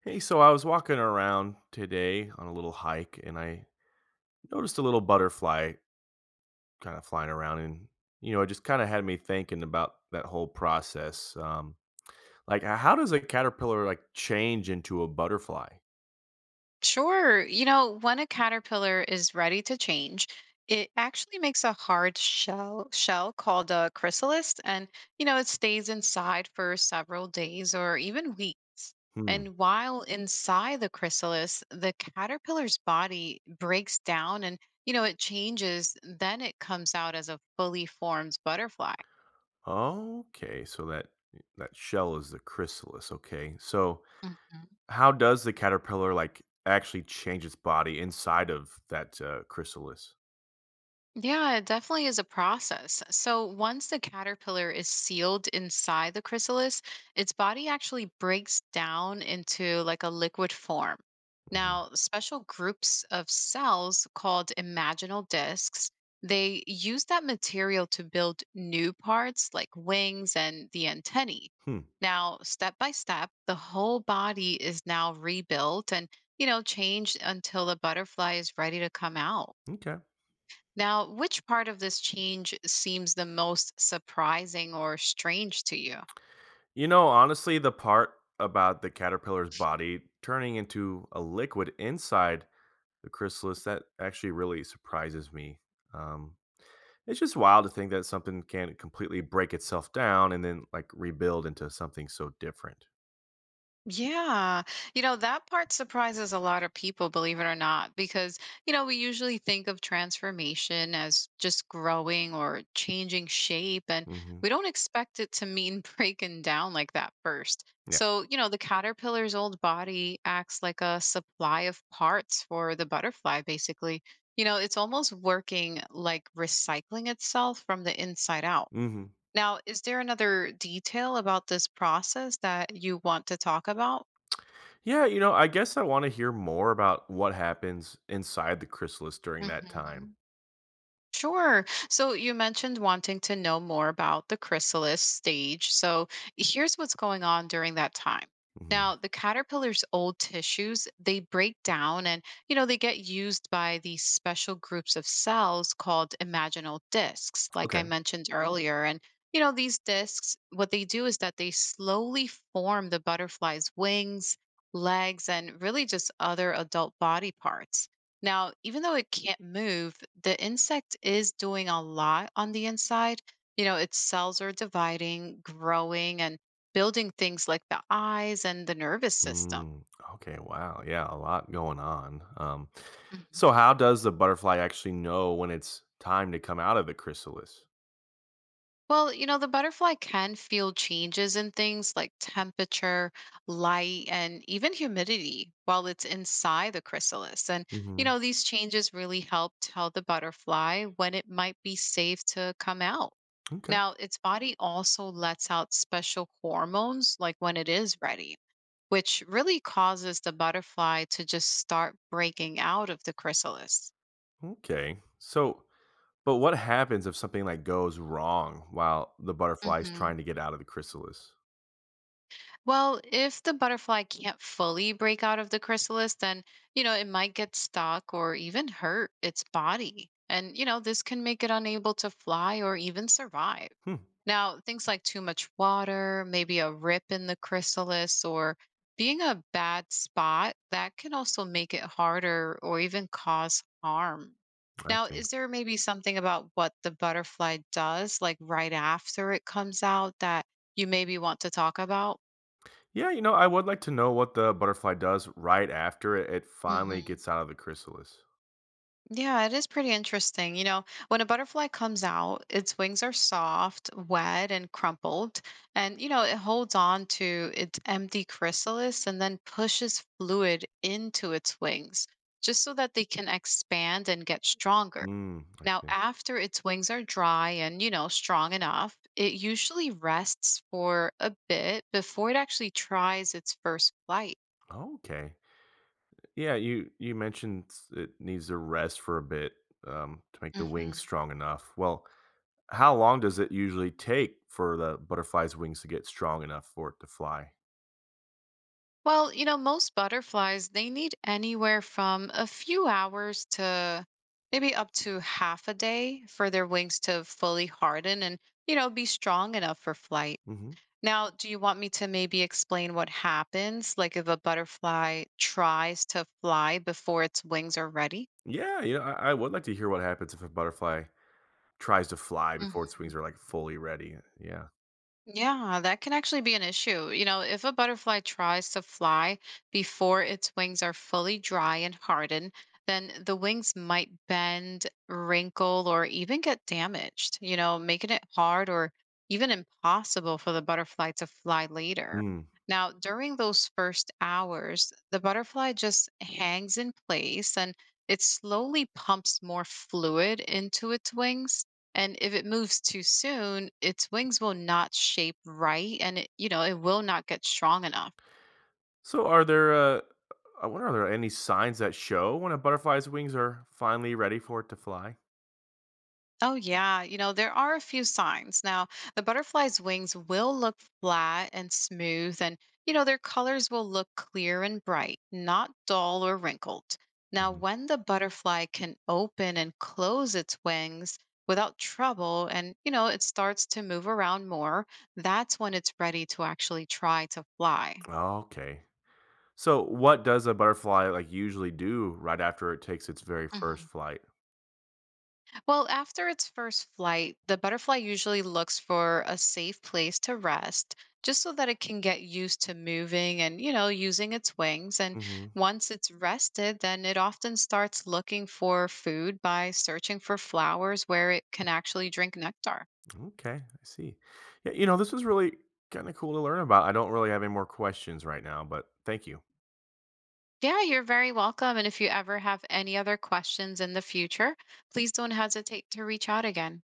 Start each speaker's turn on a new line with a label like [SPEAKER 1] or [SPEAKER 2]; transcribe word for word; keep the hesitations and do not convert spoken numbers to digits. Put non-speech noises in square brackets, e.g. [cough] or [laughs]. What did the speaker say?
[SPEAKER 1] Hey, so I was walking around today on a little hike and I noticed a little butterfly kind of flying around and you know, it just kind of had me thinking about that whole process. Um like h- how does a caterpillar like change into a butterfly?
[SPEAKER 2] Sure. You know, when a caterpillar is ready to change, it actually makes a hard shell shell called a chrysalis and you know, it stays inside for several days or even weeks.
[SPEAKER 1] Hmm.
[SPEAKER 2] And while inside the chrysalis, the caterpillar's body breaks down and you know, it changes, then it comes out as a fully formed butterfly.
[SPEAKER 1] Okay, so that that shell is the chrysalis. Okay. So how does the caterpillar, like, actually change its body inside of that, uh, chrysalis?
[SPEAKER 2] Yeah, it definitely is a process. So once the caterpillar is sealed inside the chrysalis, its body actually breaks down into like a liquid form.
[SPEAKER 1] Mhm.
[SPEAKER 2] Now, special groups of cells called imaginal discs, they use that material to build new parts like wings and the antennae.
[SPEAKER 1] Hmm,
[SPEAKER 2] Now, step by step, the whole body is now rebuilt and, you know, changed until the butterfly is ready to come out.
[SPEAKER 1] m'kay.
[SPEAKER 2] Now, which part of this change seems the most surprising or strange to you?
[SPEAKER 1] You know, honestly, the part about the caterpillar's body turning into a liquid inside the chrysalis, that actually really surprises me. Um, it's just wild to think that something can completely break itself down and then, like, rebuild into something so different.
[SPEAKER 2] Yeah. You know, that part surprises a lot of people, believe it or not, because, you know, we usually think of transformation as just growing or changing shape, and
[SPEAKER 1] Mhm.
[SPEAKER 2] we don't expect it to mean [laughs] breaking down like that first.
[SPEAKER 1] Yeah.
[SPEAKER 2] So, you know, the caterpillar's old body acts like a supply of parts for the butterfly, basically. You know, it's almost working like recycling itself from the inside out.
[SPEAKER 1] Mhm.
[SPEAKER 2] Now, is there another detail about this process that you want to talk about?
[SPEAKER 1] Yeah, you know, I guess I want to hear more about what happens inside the chrysalis during that time.
[SPEAKER 2] Mhm. Sure. So you mentioned wanting to know more about the chrysalis stage. So here's what's going on during that time.
[SPEAKER 1] Mhm.
[SPEAKER 2] Now, the caterpillar's old tissues, they break down and, you know, they get used by these special groups of cells called imaginal discs, like I
[SPEAKER 1] Okay.
[SPEAKER 2] mentioned earlier. And, you know, these discs, what they do is that they slowly form the butterfly's wings, legs, and really just other adult body parts. Now, even though it can't move, the insect is doing a lot on the inside. You know, its cells are dividing, growing, and building things like the eyes and the nervous system.
[SPEAKER 1] Mm, okay. Wow. Yeah, a lot going on. Um, so, how does the butterfly actually know when it's time to come out of the chrysalis?
[SPEAKER 2] Well, you know, the butterfly can feel changes in things like temperature, light, and even humidity while it's inside the chrysalis. And, you
[SPEAKER 1] Hmm
[SPEAKER 2] know, these changes really help tell the butterfly when it might be safe to come out.
[SPEAKER 1] Okay.
[SPEAKER 2] Now, its body also lets out special hormones, like when it is ready, which really causes the butterfly to just start breaking out of the chrysalis.
[SPEAKER 1] Okay. So, but what happens if something like goes wrong while the butterfly is
[SPEAKER 2] hmm
[SPEAKER 1] trying to get out of the chrysalis?
[SPEAKER 2] Well, if the butterfly can't fully break out of the chrysalis, then, you know, it might get stuck or even hurt its body. And, you know, this can make it unable to fly or even survive.
[SPEAKER 1] Hmm.
[SPEAKER 2] Now, things like too much water, maybe a rip in the chrysalis, or being a bad spot, that can also make it harder or even cause harm.
[SPEAKER 1] I
[SPEAKER 2] Now,
[SPEAKER 1] see.
[SPEAKER 2] is there maybe something about what the butterfly does, like right after it comes out, that you maybe want to talk about?
[SPEAKER 1] Yeah, you know, I would like to know what the butterfly does right after it, it finally
[SPEAKER 2] hmm
[SPEAKER 1] gets out of the chrysalis.
[SPEAKER 2] Yeah, it is pretty interesting. You know, when a butterfly comes out, its wings are soft, wet, and crumpled. And, you know, it holds on to its empty chrysalis and then pushes fluid into its wings just so that they can expand and get stronger.
[SPEAKER 1] Mm, I
[SPEAKER 2] Now,
[SPEAKER 1] see.
[SPEAKER 2] after its wings are dry and, you know, strong enough, it usually rests for a bit before it actually tries its first flight.
[SPEAKER 1] Oh, okay. Yeah, you you mentioned s- it needs to rest for a bit um, to make the wings strong enough. Well, how long does it usually take for the butterfly's wings to get strong enough for it to fly?
[SPEAKER 2] Well, you know, most butterflies, they need anywhere from a few hours to maybe up to half a day for their wings to fully harden and, you know, be strong enough for flight.
[SPEAKER 1] Hmm
[SPEAKER 2] Now, do you want me to maybe explain what happens? Like if a butterfly tries to fly before its wings are ready?
[SPEAKER 1] Yeah, you know, I, I would like to hear what happens if a butterfly tries to fly before its wings are like fully ready. Yeah.
[SPEAKER 2] Yeah, that can actually be an issue. You know, if a butterfly tries to fly before its wings are fully dry and hardened, then the wings might bend, wrinkle, or even get damaged, you know, making it hard or even impossible for the butterfly to fly later.
[SPEAKER 1] Mm.
[SPEAKER 2] Now, during those first hours, the butterfly just hangs in place and it slowly pumps more fluid into its wings and if it moves too soon, its wings will not shape right and it, you know, it will not get strong enough.
[SPEAKER 1] So, are there? Uh, I wonder, are there any signs that show when a butterfly's wings are finally ready for it to fly?
[SPEAKER 2] Oh yeah, you know, there are a few signs. Now, the butterfly's wings will look flat and smooth and you know, their colors will look clear and bright, not dull or wrinkled. Now,
[SPEAKER 1] Hmm
[SPEAKER 2] when the butterfly can open and close its wings without trouble and you know, it starts to move around more, that's when it's ready to actually try to fly.
[SPEAKER 1] Okay. So, what does a butterfly like usually do right after it takes its very first
[SPEAKER 2] Mhm.
[SPEAKER 1] flight?
[SPEAKER 2] Well, after its first flight, the butterfly usually looks for a safe place to rest just so that it can get used to moving and, you know, using its wings. And
[SPEAKER 1] Hmm
[SPEAKER 2] once it's rested, then it often starts looking for food by searching for flowers where it can actually drink nectar.
[SPEAKER 1] Okay, I see. Yeah, you know, this was really kind of cool to learn about. I don't really have any more questions right now, but thank you.
[SPEAKER 2] Yeah, you're very welcome. And if you ever have any other questions in the future, please don't hesitate to reach out again.